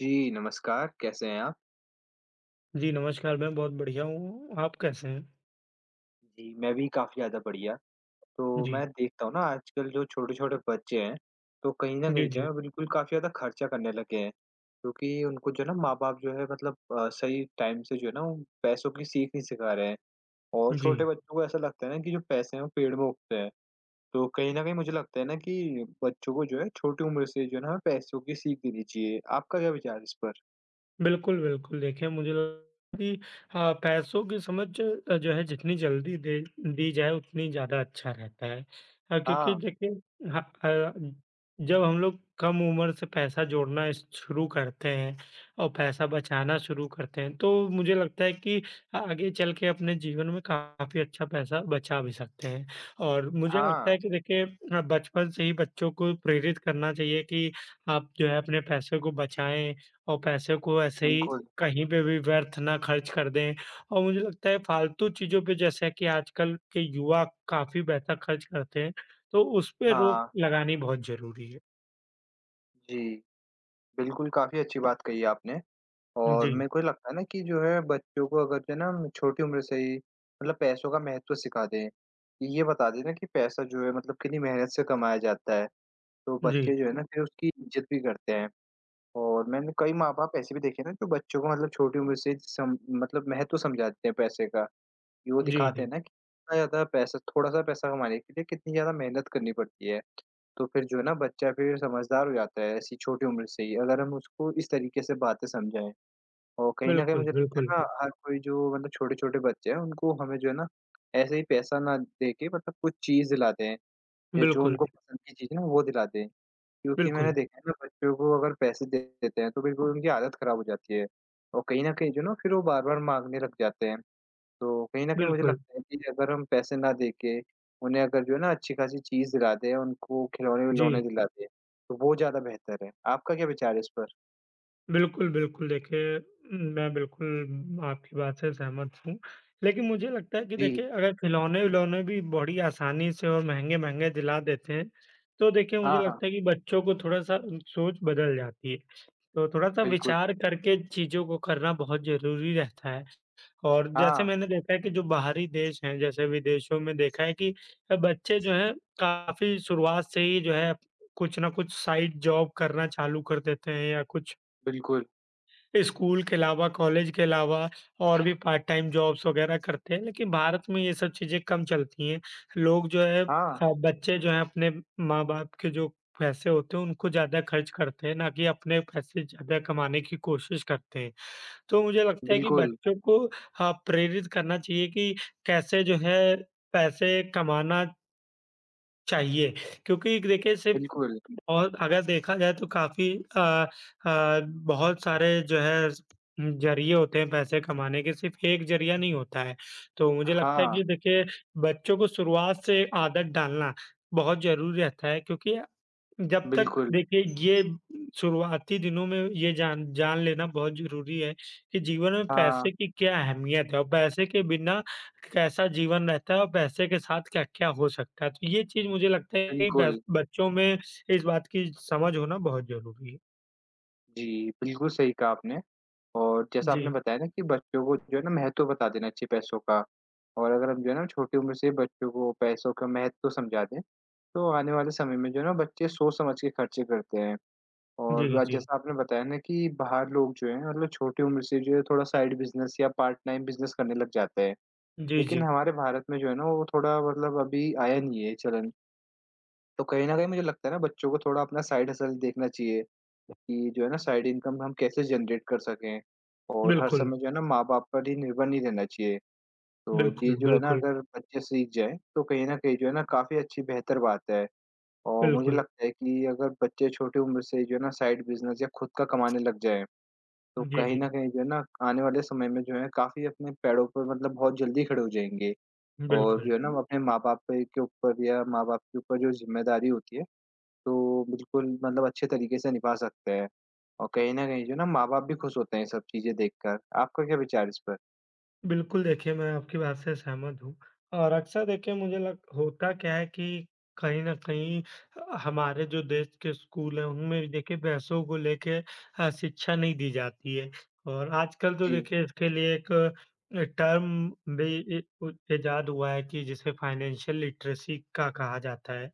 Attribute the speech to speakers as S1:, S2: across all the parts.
S1: जी, नमस्कार, कैसे हैं आप?
S2: जी, नमस्कार मैं बहुत बढ़िया हूँ, आप कैसे हैं?
S1: जी, मैं भी काफ़ी ज़्यादा बढ़िया। तो
S2: जी।
S1: मैं देखता हूँ ना आजकल जो छोटे-छोटे बच्चे हैं, तो कहीं न
S2: जी,
S1: कहीं जो
S2: जी।
S1: है बिल्कुल काफ़ी ज़्यादा खर्चा करने लगे हैं, क्योंकि उनको जो है ना माँ-बाप जो है मतलब सही टाइम से जो है ना वो पैसों की सीख नहीं सिखा रहे हैं और
S2: जी।
S1: छोटे बच्चों को ऐसा लगता है ना कि जो पैसे हैं वो पेड़ में उगते हैं। तो कहीं न कहीं मुझे लगता है ना कि बच्चों को जो है छोटी उम्र से जो है ना हमें पैसों की सीख देनी चाहिए। आपका क्या विचार है इस पर?
S2: बिल्कुल, बिल्कुल। देखिए, मुझे लगता है कि हाँ, पैसों की समझ जो है जितनी जल्दी दे दी जाए उतनी ज़्यादा अच्छा रहता है। क्योंकि
S1: हाँ,
S2: देखिए ह अ, जब हम लोग कम उम्र से पैसा जोड़ना स शुरू करते हैं और पैसा बचाना शुरू करते हैं, तो मुझे लगता है कि आगे चल के अपने जीवन में काफ़ी अच्छा पैसा बचा भी सकते हैं। और मुझे
S1: हाँ,
S2: लगता है कि देखिए बचपन से ही बच्चों को प्रेरित करना चाहिए कि आप जो है अपने पैसे को बचाएँ और पैसे को ऐसे ही
S1: बिल्कुल।
S2: कहीं पे भी व्यर्थ ना खर्च कर दें और मुझे लगता है फालतू चीज़ों पे जैसा कि आजकल के युवा काफ़ी पैसा खर्च करते हैं, तो उस पे रोक
S1: हाँ,
S2: लगानी बहुत ज़रूरी है।
S1: जी। बिल्कुल, काफ़ी अच्छी बात कही है आपने और
S2: जी,
S1: मेरे को लगता है ना कि जो है बच्चों को अगर जो है ना हम छोटी उम्र से ही मतलब पैसों का महत्व सिखा दें, ये बता दें ना कि पैसा जो है मतलब कितनी मेहनत से कमाया जाता है, तो बच्चे
S2: जी,
S1: जो है ना फिर उसकी इज़्ज़त भी करते हैं। और मैंने कई माँ-बाप ऐसे भी देखे हैं ना जो बच्चों को मतलब छोटी उम्र से सम मतलब महत्व समझाते हैं पैसे का, कि वो
S2: जी,
S1: दिखाते
S2: जी।
S1: हैं ना कि कितना ज़्यादा पैसा थोड़ा-सा पैसा कमाने के लिए कितनी ज़्यादा मेहनत करनी पड़ती है। तो फिर जो है ना बच्चा फिर समझदार हो जाता है ऐसी छोटी उम्र से ही, अगर हम उसको इस तरीके से बातें समझाएँ। और कहीं न कहीं
S2: बिल्कुल,
S1: मुझे लगता है
S2: बिल्कुल,
S1: ना हर कोई जो मतलब छोटे-छोटे बच्चे हैं उनको हमें जो है ना ऐसे ही पैसा ना दे के मतलब कुछ चीज़ दिलाते हैं या जो
S2: बिल्कुल,
S1: उनको पसंद की चीज़ है ना वो दिलाते हैं। क्योंकि मैंने
S2: बिल्कुल,
S1: देखा है ना बच्चों को अगर पैसे दे देते हैं तो बिल्कुल उनकी आदत खराब हो जाती है। और कहीं न कहीं जो है ना फिर वो बार-बार माँगने लग जाते हैं। तो कहीं न कहीं मुझे
S2: बिल्कुल।
S1: लगता है कि अगर हम पैसे ना दे के, उन्हें अगर जो है ना अच्छी-खासी चीज़ दिला दें, उनको खिलौने-विलौने
S2: जी।
S1: दिला दें, तो वो ज़्यादा बेहतर है। आपका क्या विचार है इस पर?
S2: बिल्कुल, बिल्कुल। देखिए, मैं बिल्कुल आपकी बात से सहमत हूँ। लेकिन मुझे लगता है कि
S1: जी।
S2: देखिए अगर खिलौने-विलौने भी बड़ी आसानी से और महँगे-महँगे दिला देते हैं, तो देखिए मुझे
S1: हाँ,
S2: लगता है कि बच्चों को थोड़ा-सा सोच बदल जाती है। तो थोड़ा-सा
S1: बिल्कुल।
S2: विचार करके चीज़ों को करना बहुत ज़रूरी रहता है। और जैसे
S1: हाँ।
S2: मैंने देखा है कि जो बाहरी देश हैं, जैसे विदेशों में देखा है कि बच्चे जो हैं काफ़ी शुरुआत से ही जो है कुछ ना कुछ साइड जॉब करना चालू कर देते हैं या कुछ
S1: बिल्कुल।
S2: स्कूल के अलावा, कॉलेज के अलावा और भी पार्ट टाइम जॉब्स वगैरह करते हैं, लेकिन भारत में ये सब चीज़ें कम चलती हैं। लोग जो है
S1: हाँ।
S2: बच्चे जो हैं अपने माँ-बाप के जो पैसे होते हैं उनको ज़्यादा खर्च करते हैं, ना कि अपने पैसे ज़्यादा कमाने की कोशिश करते हैं। तो मुझे लगता है कि
S1: बिल्कुल,
S2: बच्चों को प्रेरित करना चाहिए कि कैसे जो है पैसे कमाना चाहिए, क्योंकि देखिए सिर्फ़
S1: बिल्कुल।
S2: और अगर देखा जाए तो काफ़ी बहुत सारे जो है ज़रिए होते हैं पैसे कमाने के, सिर्फ़ एक ज़रिया नहीं होता है। तो मुझे लगता है
S1: हाँ।
S2: कि देखिए बच्चों को शुरुआत से आदत डालना बहुत ज़रूरी रहता है क्योंकि जब तक
S1: बिल्कुल।
S2: देखिए ये शुरुआती दिनों में ये जान जान लेना बहुत ज़रूरी है कि जीवन में
S1: हाँ।
S2: पैसे की क्या अहमियत है और पैसे के बिना कैसा जीवन रहता है और पैसे के साथ क्या-क्या हो सकता है। तो ये चीज़ मुझे लगता है कि ब
S1: बिल्कुल।
S2: बच्चों में इस बात की समझ होना बहुत ज़रूरी है।
S1: जी, बिल्कुल सही कहा आपने और जैसा आपने
S2: जी,
S1: बताया ना कि बच्चों को जो है ना महत्व बता देना चाहिए पैसों का और अगर हम जो है ना छोटी उम्र से बच्चों को पैसों का महत्व समझा दें तो आने वाले समय में जो है ना बच्चे सोच समझ के खर्चे करते हैं। और
S2: जी,
S1: आज
S2: जी।
S1: जैसा आपने बताया ना कि बाहर लोग जो हैं मतलब छोटी उम्र से जो है थोड़ा साइड बिजनेस या पार्ट टाइम बिजनेस करने लग जाते हैं,
S2: जी,
S1: लेकिन
S2: जी।
S1: हमारे भारत में जो है ना वो थोड़ा मतलब अभी आया नहीं है ये चलन। तो कहीं ना कहीं मुझे लगता है ना बच्चों को थोड़ा अपना साइड हसल देखना चाहिए कि जो है ना साइड इनकम हम कैसे जनरेट कर सकें और हर
S2: बिल्कुल,
S1: समय जो है ना माँ बाप पर ही निर्भर नहीं रहना चाहिए। तो ये
S2: बिल्कुल,
S1: जो है ना
S2: बिल्कुल,
S1: अगर बच्चे सीख जाए तो कहीं ना कहीं जो है ना काफी अच्छी बेहतर बात है। और मुझे
S2: बिल्कुल।
S1: लगता है कि अगर बच्चे छोटी उम्र से जो है ना साइड बिज़नेस या खुद का कमाने लग जाएँ, तो
S2: जी,
S1: कहीं
S2: जी।
S1: न कहीं जो है ना आने वाले समय में जो है काफ़ी अपने पैरों पर मतलब बहुत जल्दी खड़े हो जाएँगे। और
S2: बिल्कुल।
S1: जो है ना हुँ। वो अपने माँ-बाप पे के ऊपर या माँ-बाप के ऊपर जो ज़िम्मेदारी होती है, तो बिल्कुल मतलब अच्छे तरीके से निभा सकते हैं। और कहीं न कहीं जो है ना माँ-बाप भी खुश होते हैं ये सब चीज़ें देखकर। आपका क्या विचार है इस पर?
S2: बिल्कुल, देखिए मैं आपकी बात से सहमत हूँ और अक्सर देखिए मुझे लग होता क्या है कि कहीं न कहीं हमारे जो देश के स्कूल हैं, उनमें भी देखिए पैसों को लेके शिक्षा नहीं दी जाती है और आजकल तो
S1: जी।
S2: देखिए इसके लिए एक टर्म भी इ उ इजाद हुआ है कि जिसे फाइनेंशियल लिटरेसी का कहा जाता है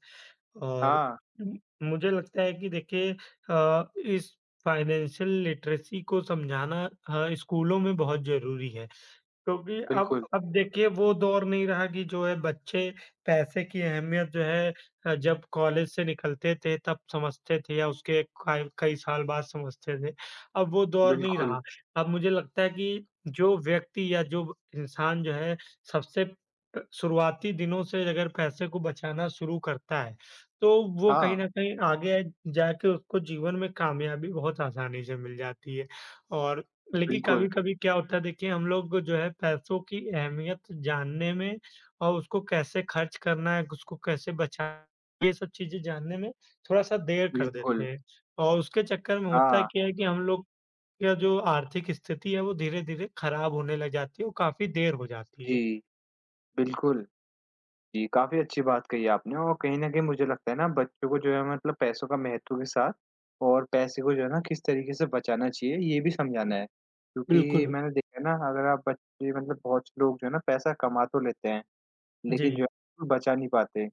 S2: और
S1: हाँ,
S2: उम, मुझे लगता है कि देखिए इस फाइनेंशियल लिटरेसी को समझाना स्कूलों में बहुत ज़रूरी है। क्योंकि अब
S1: बिल्कुल,
S2: अब देखिए वो दौर नहीं रहा कि जो है बच्चे पैसे की अहमियत जो है जब कॉलेज से निकलते थे तब समझते थे या उसके कई कई साल बाद समझते थे। अब वो दौर नहीं
S1: बिल्कुल।
S2: रहा। अब मुझे लगता है कि जो व्यक्ति या जो इंसान जो है सबसे शुरुआती दिनों से अगर पैसे को बचाना शुरू करता है, तो वो
S1: हाँ,
S2: कहीं न कहीं आगे जाके उसको जीवन में कामयाबी बहुत आसानी से मिल जाती है और लेकिन
S1: बिल्कुल,
S2: कभी-कभी क्या होता है देखिए हम लोग जो है पैसों की अहमियत जानने में और उसको कैसे खर्च करना है, उसको कैसे बचाना ये सब चीज़ें जानने में थोड़ा-सा देर कर देते
S1: बिल्कुल।
S2: हैं। और उसके चक्कर में होता
S1: हाँ,
S2: क्या है कि हम लोग का जो आर्थिक स्थिति है वो धीरे-धीरे खराब होने लग जाती है और काफ़ी देर हो जाती है।
S1: जी, बिल्कुल। जी, काफ़ी अच्छी बात कही आपने और कहीं न कहीं मुझे लगता है ना बच्चों को जो है मतलब पैसों का महत्व के साथ और पैसे को जो है ना किस तरीके से बचाना चाहिए ये भी समझाना है। क्योंकि
S2: बिल्कुल।
S1: मैंने देखा है ना अगर आप बच्चे मतलब बहुत से लोग जो है ना पैसा कमा तो लेते हैं, लेकिन
S2: जी,
S1: जो है बचा नहीं पाते।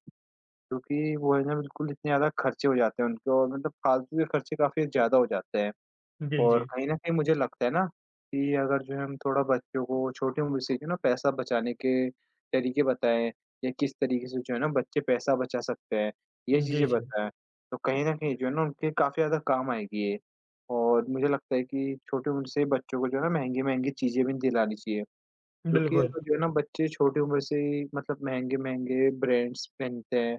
S1: क्योंकि वो है ना बिल्कुल इतने ज़्यादा खर्चे हो जाते हैं उनके और मतलब फालतू के खर्चे काफ़ी ज़्यादा हो जाते हैं।
S2: जी,
S1: और
S2: जी।
S1: कहीं न कहीं मुझे लगता है ना, कि अगर जो है हम थोड़ा बच्चों को छोटी उम्र से जो है ना पैसा बचाने के तरीके बताएँ या किस तरीके से जो है ना बच्चे पैसा बचा सकते हैं, ये
S2: जी,
S1: चीज़ें
S2: जी।
S1: बताएँ, तो कहीं न कहीं जो है ना उनके काफ़ी ज़्यादा काम आएगी ये। और मुझे लगता है कि छोटी उम्र से बच्चों को जो है ना महँगी-महँगी चीज़ें भी नहीं दिलानी चाहिए। क्योंकि
S2: बिल्कुल।
S1: अगर जो है ना बच्चे छोटी उम्र से ही मतलब महँगे-महँगे ब्रांड्स पहनते हैं,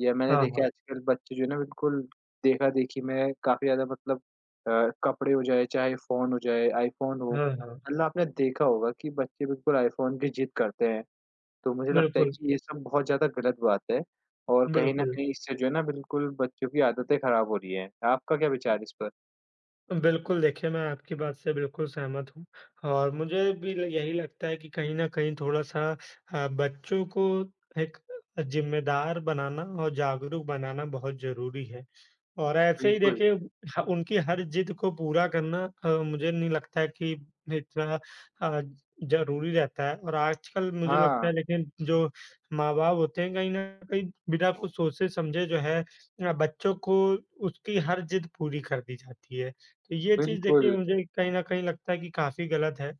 S1: या मैंने
S2: हाँ,
S1: देखा है
S2: हाँ।
S1: आजकल बच्चे जो है ना बिल्कुल देखा-देखी में काफ़ी ज़्यादा मतलब कपड़े हो जाए, चाहे फ़ोन हो जाए, आईफ़ोन हो,
S2: हाँ, हाँ।
S1: मतलब आपने देखा होगा कि बच्चे बिल्कुल आईफ़ोन की जिद करते हैं। तो मुझे लगता है
S2: बिल्कुल,
S1: कि ये सब बहुत ज़्यादा गलत बात है और कहीं न
S2: बिल्कुल।
S1: कहीं इससे जो है ना बिल्कुल बच्चों की आदतें खराब हो रही हैं। आपका क्या विचार है इस पर?
S2: बिल्कुल, देखिए मैं आपकी बात से बिल्कुल सहमत हूँ और मुझे भी ल यही लगता है कि कहीं न कहीं थोड़ा-सा बच्चों को एक जिम्मेदार बनाना और जागरूक बनाना बहुत ज़रूरी है। और ऐसे ही
S1: बिल्कुल।
S2: देखिए ह उनकी हर जिद को पूरा करना मुझे नहीं लगता है कि इतना अ, ज़रूरी रहता है और आजकल मुझे लगता
S1: हाँ,
S2: है लेकिन जो माँ-बाप होते हैं कहीं न कहीं बिना कुछ सोचे समझे जो है बच्चों को उसकी हर जिद पूरी कर दी जाती है। तो ये चीज़ देखिए
S1: बिल्कुल।
S2: मुझे कहीं न कहीं लगता है कि काफ़ी गलत है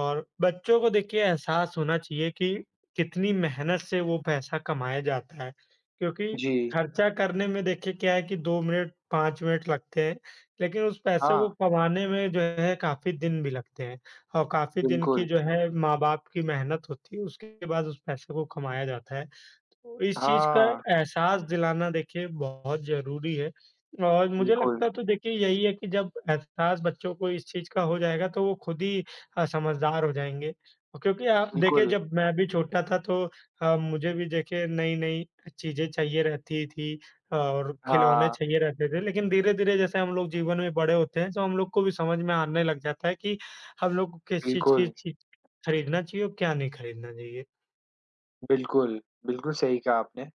S2: और बच्चों को देखिए एहसास होना चाहिए कि कितनी मेहनत से वो पैसा कमाया जाता है, क्योंकि
S1: जी,
S2: खर्चा करने में देखिए क्या है कि 2 मिनट, 5 मिनट लगते हैं, लेकिन उस पैसे
S1: हाँ,
S2: को कमाने में जो है काफ़ी दिन भी लगते हैं और काफ़ी दिन की
S1: बिल्कुल।
S2: जो है माँ-बाप की मेहनत होती है, उसके बाद उस पैसे को कमाया जाता है। तो इस चीज़ का
S1: हाँ।
S2: एहसास दिलाना देखिए बहुत ज़रूरी है और मुझे
S1: बिल्कुल,
S2: लगता है तो देखिए यही है कि जब एहसास बच्चों को इस चीज़ का हो जाएगा तो वो खुद ही समझदार हो जाएंगे। क्योंकि आप देखिए
S1: बिल्कुल।
S2: जब मैं भी छोटा था तो मुझे भी देखिए नई-नई चीज़ें चाहिए रहती थी और खिलौने
S1: हाँ,
S2: चाहिए रहते थे, लेकिन धीरे-धीरे जैसे हम लोग जीवन में बड़े होते हैं, तो हम लोग को भी समझ में आने लग जाता है कि हम लोग को किस चीज़ की
S1: बिल्कुल,
S2: चीज़ खरीदना चाहिए और क्या नहीं खरीदना चाहिए।
S1: बिल्कुल, बिल्कुल सही कहा आपने।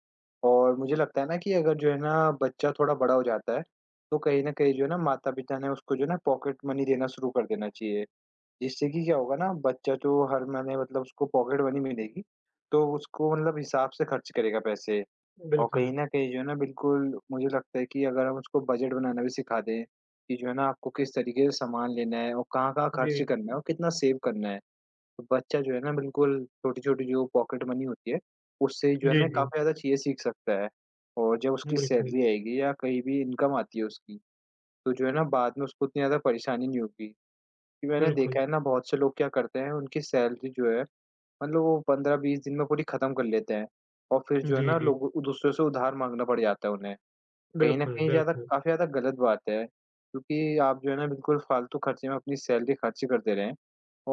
S1: और मुझे लगता है ना कि अगर जो है ना बच्चा थोड़ा बड़ा हो जाता है, तो कहीं न कहीं जो है ना माता-पिता ने उसको जो है ना पॉकेट मनी देना शुरू कर देना चाहिए। जिससे कि क्या होगा ना बच्चा जो हर महीने मतलब उसको पॉकेट मनी मिलेगी, तो उसको मतलब हिसाब से खर्च करेगा पैसे। और कहीं
S2: बिल्कुल।
S1: न कहीं जो है ना बिल्कुल मुझे लगता है कि अगर हम उसको बजट बनाना भी सिखा दें, कि जो है ना आपको किस तरीके से सामान लेना है और कहाँ-कहाँ खर्च
S2: जी।
S1: करना है और कितना सेव करना है। तो बच्चा जो है ना बिल्कुल छोटी-छोटी जो पॉकेट मनी होती है, उससे जो है
S2: जी,
S1: ना
S2: जी।
S1: काफ़ी ज़्यादा चीज़ें सीख सकता है। और जब उसकी
S2: बिल्कुल,
S1: सैलरी आएगी या कहीं भी इनकम आती है उसकी, तो जो है ना बाद में उसको उतनी ज़्यादा परेशानी नहीं होगी। कि मैंने
S2: बिल्कुल।
S1: देखा है ना बहुत से लोग क्या करते हैं उनकी सैलरी जो है, मतलब वो 15-20 दिन में पूरी खत्म कर लेते हैं। और फिर जो है
S2: जी,
S1: ना
S2: जी।
S1: लोग दूसरों से उधार माँगना पड़ जाता है उन्हें। कहीं न
S2: बिल्कुल,
S1: कहीं ज़्यादा
S2: बिल्कुल।
S1: काफ़ी ज़्यादा गलत बात है, क्योंकि आप जो है ना बिल्कुल फ़ालतू खर्चे में अपनी सैलरी खर्च करते रहें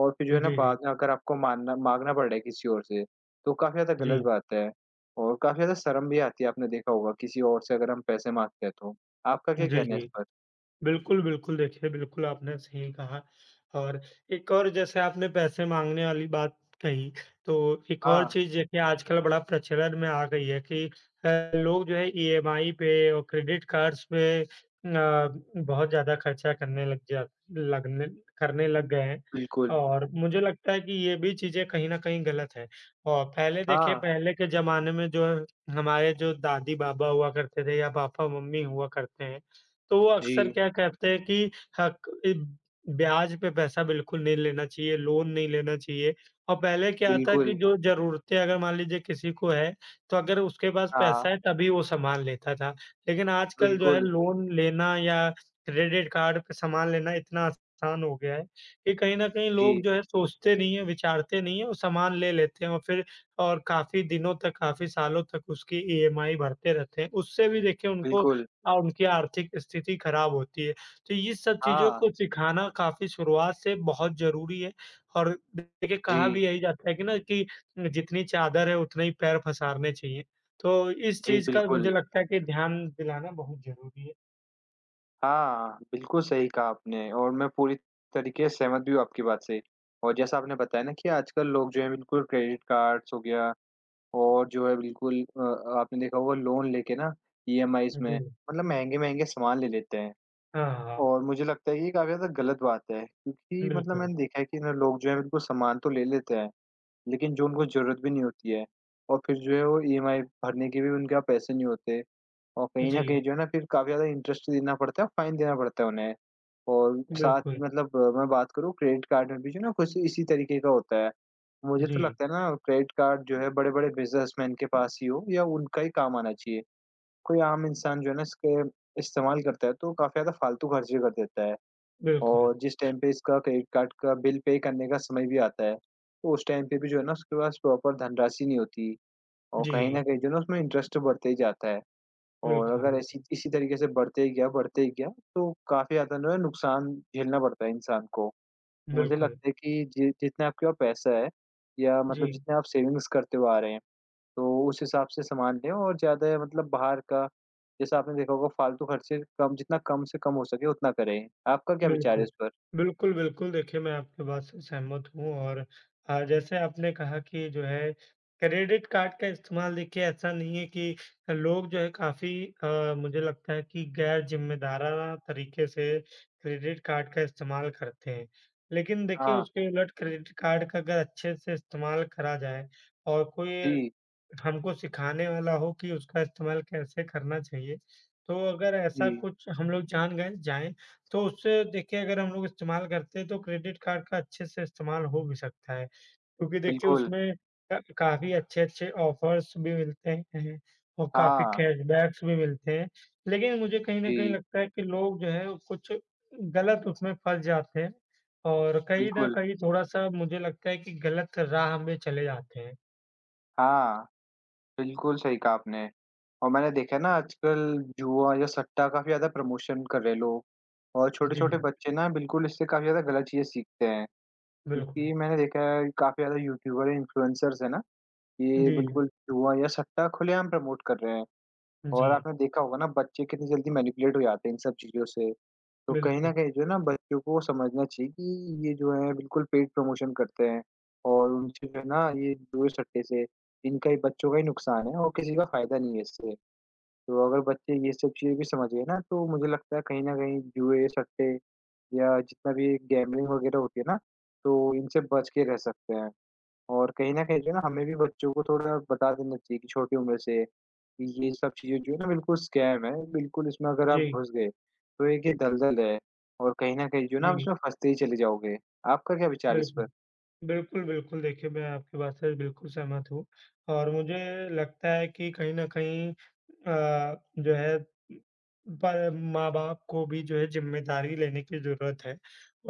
S1: और फिर जो है ना
S2: जी,
S1: बाद
S2: जी।
S1: में अगर आपको मानना माँगना पड़ रहा है किसी और से, तो काफ़ी ज़्यादा
S2: जी।
S1: गलत बात है और काफ़ी ज़्यादा शर्म भी आती है, आपने देखा होगा किसी और से अगर हम पैसे माँगते हैं तो। आपका क्या
S2: जी,
S1: कहना है इस
S2: जी।
S1: पर?
S2: बिल्कुल, बिल्कुल। देखिए, बिल्कुल आपने सही कहा और एक और जैसे आपने पैसे माँगने वाली बात कही, तो एक और
S1: हाँ,
S2: चीज़ देखिए आजकल बड़ा प्रचलन में आ गई है कि लोग जो है ईएमआई पे और क्रेडिट कार्ड्स पे बहुत ज़्यादा खर्चा लगने करने लग गए हैं
S1: बिल्कुल।
S2: और मुझे लगता है कि ये भी चीज़ें कहीं न कहीं गलत हैं और पहले देखिए,
S1: हाँ,
S2: पहले के ज़माने में जो है हमारे जो दादी-बाबा हुआ करते थे या पापा-मम्मी हुआ करते हैं, तो वो अक्सर
S1: जी,
S2: क्या कहते हैं कि हक इब ब्याज पे पैसा बिल्कुल नहीं लेना चाहिए, लोन नहीं लेना चाहिए और पहले क्या था कि
S1: बिल्कुल।
S2: जो ज़रूरतें अगर मान लीजिए किसी को है, तो अगर उसके पास
S1: हाँ,
S2: पैसा है तभी वो सामान लेता था। लेकिन आजकल जो है
S1: बिल्कुल।
S2: लोन लेना या क्रेडिट कार्ड पे सामान लेना इतना आसान हो गया है कि कहीं न कहीं लोग
S1: जी,
S2: जो है सोचते नहीं है, विचारते नहीं है, वो सामान ले लेते हैं और फिर और काफ़ी दिनों तक, काफ़ी सालों तक उसकी ईएमआई भरते रहते हैं। उससे भी देखिए उनको
S1: बिल्कुल।
S2: और उनकी आर्थिक स्थिति खराब होती है। तो ये सब चीज़ों
S1: हाँ,
S2: को सिखाना काफ़ी शुरुआत से बहुत ज़रूरी है और देखिए कहा
S1: जी,
S2: भी यही जाता है कि ना कि जितनी चादर है उतने ही पैर पसारने चाहिए। तो इस
S1: जी,
S2: चीज़ का मुझे
S1: बिल्कुल।
S2: लगता है कि ध्यान दिलाना बहुत ज़रूरी है।
S1: हाँ, बिल्कुल सही कहा आपने और मैं पूरी तरीके से सहमत भी हूँ आपकी बात से। और जैसा आपने बताया ना कि आजकल लोग जो हैं बिल्कुल क्रेडिट कार्ड्स हो गया और जो है बिल्कुल आपने देखा होगा लोन लेके ना ईएमआईज़ में
S2: जी।
S1: मतलब महँगे-महँगे सामान ले लेते हैं।
S2: हाँ, हाँ।
S1: और मुझे लगता है कि ये काफ़ी ज़्यादा गलत बात है क्योंकि मतलब
S2: बिल्कुल।
S1: मैंने देखा है कि ना लोग जो हैं बिल्कुल सामान तो ले लेते हैं, लेकिन जो उनको ज़रूरत भी नहीं होती है और फिर जो है वो ईएमआई भरने के भी उनके पास पैसे नहीं होते और कहीं न
S2: जी,
S1: कहीं जो है ना फिर काफ़ी ज़्यादा इंटरेस्ट देना पड़ता है, फाइन देना पड़ता है उन्हें। और साथ
S2: बिल्कुल।
S1: ही मतलब मैं बात करूँ क्रेडिट कार्ड में भी जो है ना कुछ इसी तरीके का होता है। मुझे तो
S2: जी,
S1: लगता है ना क्रेडिट कार्ड जो है बड़े-बड़े बिज़नेसमैन के पास ही हो या उनका ही काम आना चाहिए। कोई आम इंसान जो है ना इसके इस्तेमाल करता है तो काफ़ी ज़्यादा फालतू खर्चे कर देता है।
S2: बिल्कुल।
S1: और जिस टाइम पे इसका क्रेडिट कार्ड का बिल पे करने का समय भी आता है, तो उस टाइम पे भी जो है ना उसके पास प्रॉपर धनराशि नहीं होती और कहीं
S2: जी,
S1: न कहीं जो है ना उसमें इंटरेस्ट बढ़ते ही जाता है और अगर
S2: बिल्कुल।
S1: ऐसी इसी तरीके से बढ़ते ही गया तो काफ़ी ज़्यादा जो है नुकसान झेलना पड़ता है इंसान को। मुझे
S2: बिल्कुल।
S1: लगता है कि जि जितना आपके पास पैसा है या मतलब
S2: जी।
S1: जितने आप सेविंग्स करते हुए आ रहे हैं, तो उस हिसाब से सामान लें और ज़्यादा मतलब बाहर का जैसा आपने देखा होगा फालतू खर्चे कम जितना कम से कम हो सके उतना करें। आपका क्या विचार है
S2: बिल्कुल।
S1: इस पर?
S2: बिल्कुल, बिल्कुल देखिए मैं आपकी बात से सहमत हूँ और जैसे आपने कहा कि जो है क्रेडिट कार्ड का इस्तेमाल देखिए ऐसा नहीं है कि लोग जो है काफ़ी मुझे लगता है कि गैर ज़िम्मेदाराना तरीके से क्रेडिट कार्ड का इस्तेमाल करते हैं। लेकिन देखिए
S1: हाँ।
S2: उसके उलट क्रेडिट कार्ड का अगर अच्छे से इस्तेमाल करा जाए और कोई
S1: जी,
S2: हमको सिखाने वाला हो कि उसका इस्तेमाल कैसे करना चाहिए। तो अगर ऐसा
S1: जी,
S2: कुछ हम लोग जान गए जाएँ, तो उससे देखिए अगर हम लोग इस्तेमाल करते हैं तो क्रेडिट कार्ड का अच्छे से इस्तेमाल हो भी सकता है। क्योंकि देखिए
S1: बिल्कुल।
S2: उसमें क काफ़ी अच्छे-अच्छे ऑफ़र्स भी मिलते हैं और काफ़ी
S1: हाँ,
S2: कैशबैक्स भी मिलते हैं। लेकिन मुझे कहीं न कहीं
S1: जी,
S2: लगता है कि लोग जो है कुछ गलत उसमें फँस जाते हैं और कहीं न
S1: बिल्कुल।
S2: कहीं थोड़ा-सा मुझे लगता है कि गलत राह में चले जाते हैं।
S1: हाँ, बिल्कुल सही कहा आपने। और मैंने देखा है ना आजकल जुआ या सट्टा काफ़ी ज़्यादा प्रमोशन कर रहे हैं लोग और
S2: जी,
S1: छोटे-छोटे बच्चे ना बिल्कुल इससे काफ़ी ज़्यादा गलत चीज़ें सीखते हैं।
S2: बिल्कुल।
S1: क्योंकि मैंने देखा है काफ़ी ज़्यादा यूट्यूबर इन्फ्लुएंसर्स हैं ना, ये
S2: जी, जी।
S1: बिल्कुल जुआ या सट्टा खुलेआम प्रमोट कर रहे हैं और
S2: जी,
S1: आपने देखा होगा ना बच्चे कितनी जल्दी मैनिपुलेट हो जाते हैं इन सब चीज़ों से। तो कहीं न
S2: बिल्कुल।
S1: कहीं जो है ना बच्चों को समझना चाहिए कि ये जो है बिल्कुल पेड प्रमोशन करते हैं और उनसे जो है ना ये जुए सट्टे से इनका ही बच्चों का ही नुकसान है और किसी का फ़ायदा नहीं है इससे। तो अगर बच्चे ये सब चीज़ें भी समझ गए ना तो मुझे लगता है कहीं न कहीं जुए, सट्टे या जितना भी गैम्बलिंग वग़ैरह होती है ना, तो इनसे बच के रह सकते हैं। और कहीं न कहीं जो है ना हमें भी बच्चों को थोड़ा बता देना चाहिए कि छोटी उम्र से, कि ये सब चीज़ें जो है ना बिल्कुल स्कैम है, बिल्कुल इसमें अगर आप
S2: जी,
S1: घुस गए, तो एक ये दलदल है और कहीं न कहीं जो है ना आप
S2: जी,
S1: इसमें फँसते ही चले जाओगे। आपका क्या विचार है इस
S2: बिल्कुल।
S1: पर?
S2: बिल्कुल, बिल्कुल। देखिए, मैं आपकी बात से बिल्कुल सहमत हूँ और मुझे लगता है कि कहीं न कहीं जो है प माँ-बाप को भी जो है ज़िम्मेदारी लेने की ज़रूरत है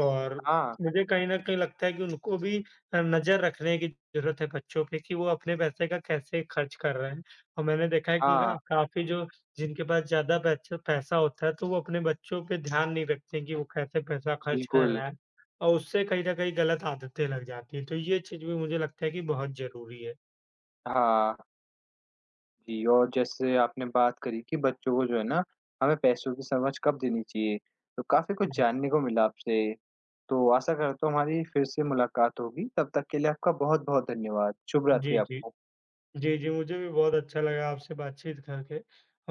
S2: और
S1: हाँ,
S2: मुझे कहीं न कहीं लगता है कि उनको भी नज़र रखने की ज़रूरत है बच्चों पे कि वो अपने पैसे का कैसे खर्च कर रहे हैं और मैंने देखा है कि
S1: हाँ,
S2: का काफ़ी जो जिनके पास ज़्यादा पैच पैसा होता है, तो वो अपने बच्चों पे ध्यान नहीं रखते कि वो कैसे पैसा खर्च कर
S1: बिल्कुल।
S2: रहा है। और उससे कहीं न कहीं गलत आदतें लग जाती हैं, तो ये चीज़ भी मुझे लगता है कि बहुत ज़रूरी है।
S1: हाँ, जी और जैसे आपने बात करी कि बच्चों को जो है ना, हमें पैसों की समझ कब देनी चाहिए, तो काफ़ी कुछ
S2: जी,
S1: जानने को मिला आपसे। तो आशा करता हूँ हमारी फिर से मुलाकात होगी, तब तक के लिए आपका बहुत-बहुत धन्यवाद। शुभ रात्रि
S2: जी, जी।
S1: आपको।
S2: जी, जी, मुझे भी बहुत अच्छा लगा आपसे बातचीत करके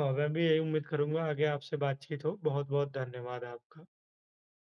S2: और मैं भी यही उम्मीद करूँगा आगे आपसे बातचीत हो। बहुत-बहुत धन्यवाद आपका।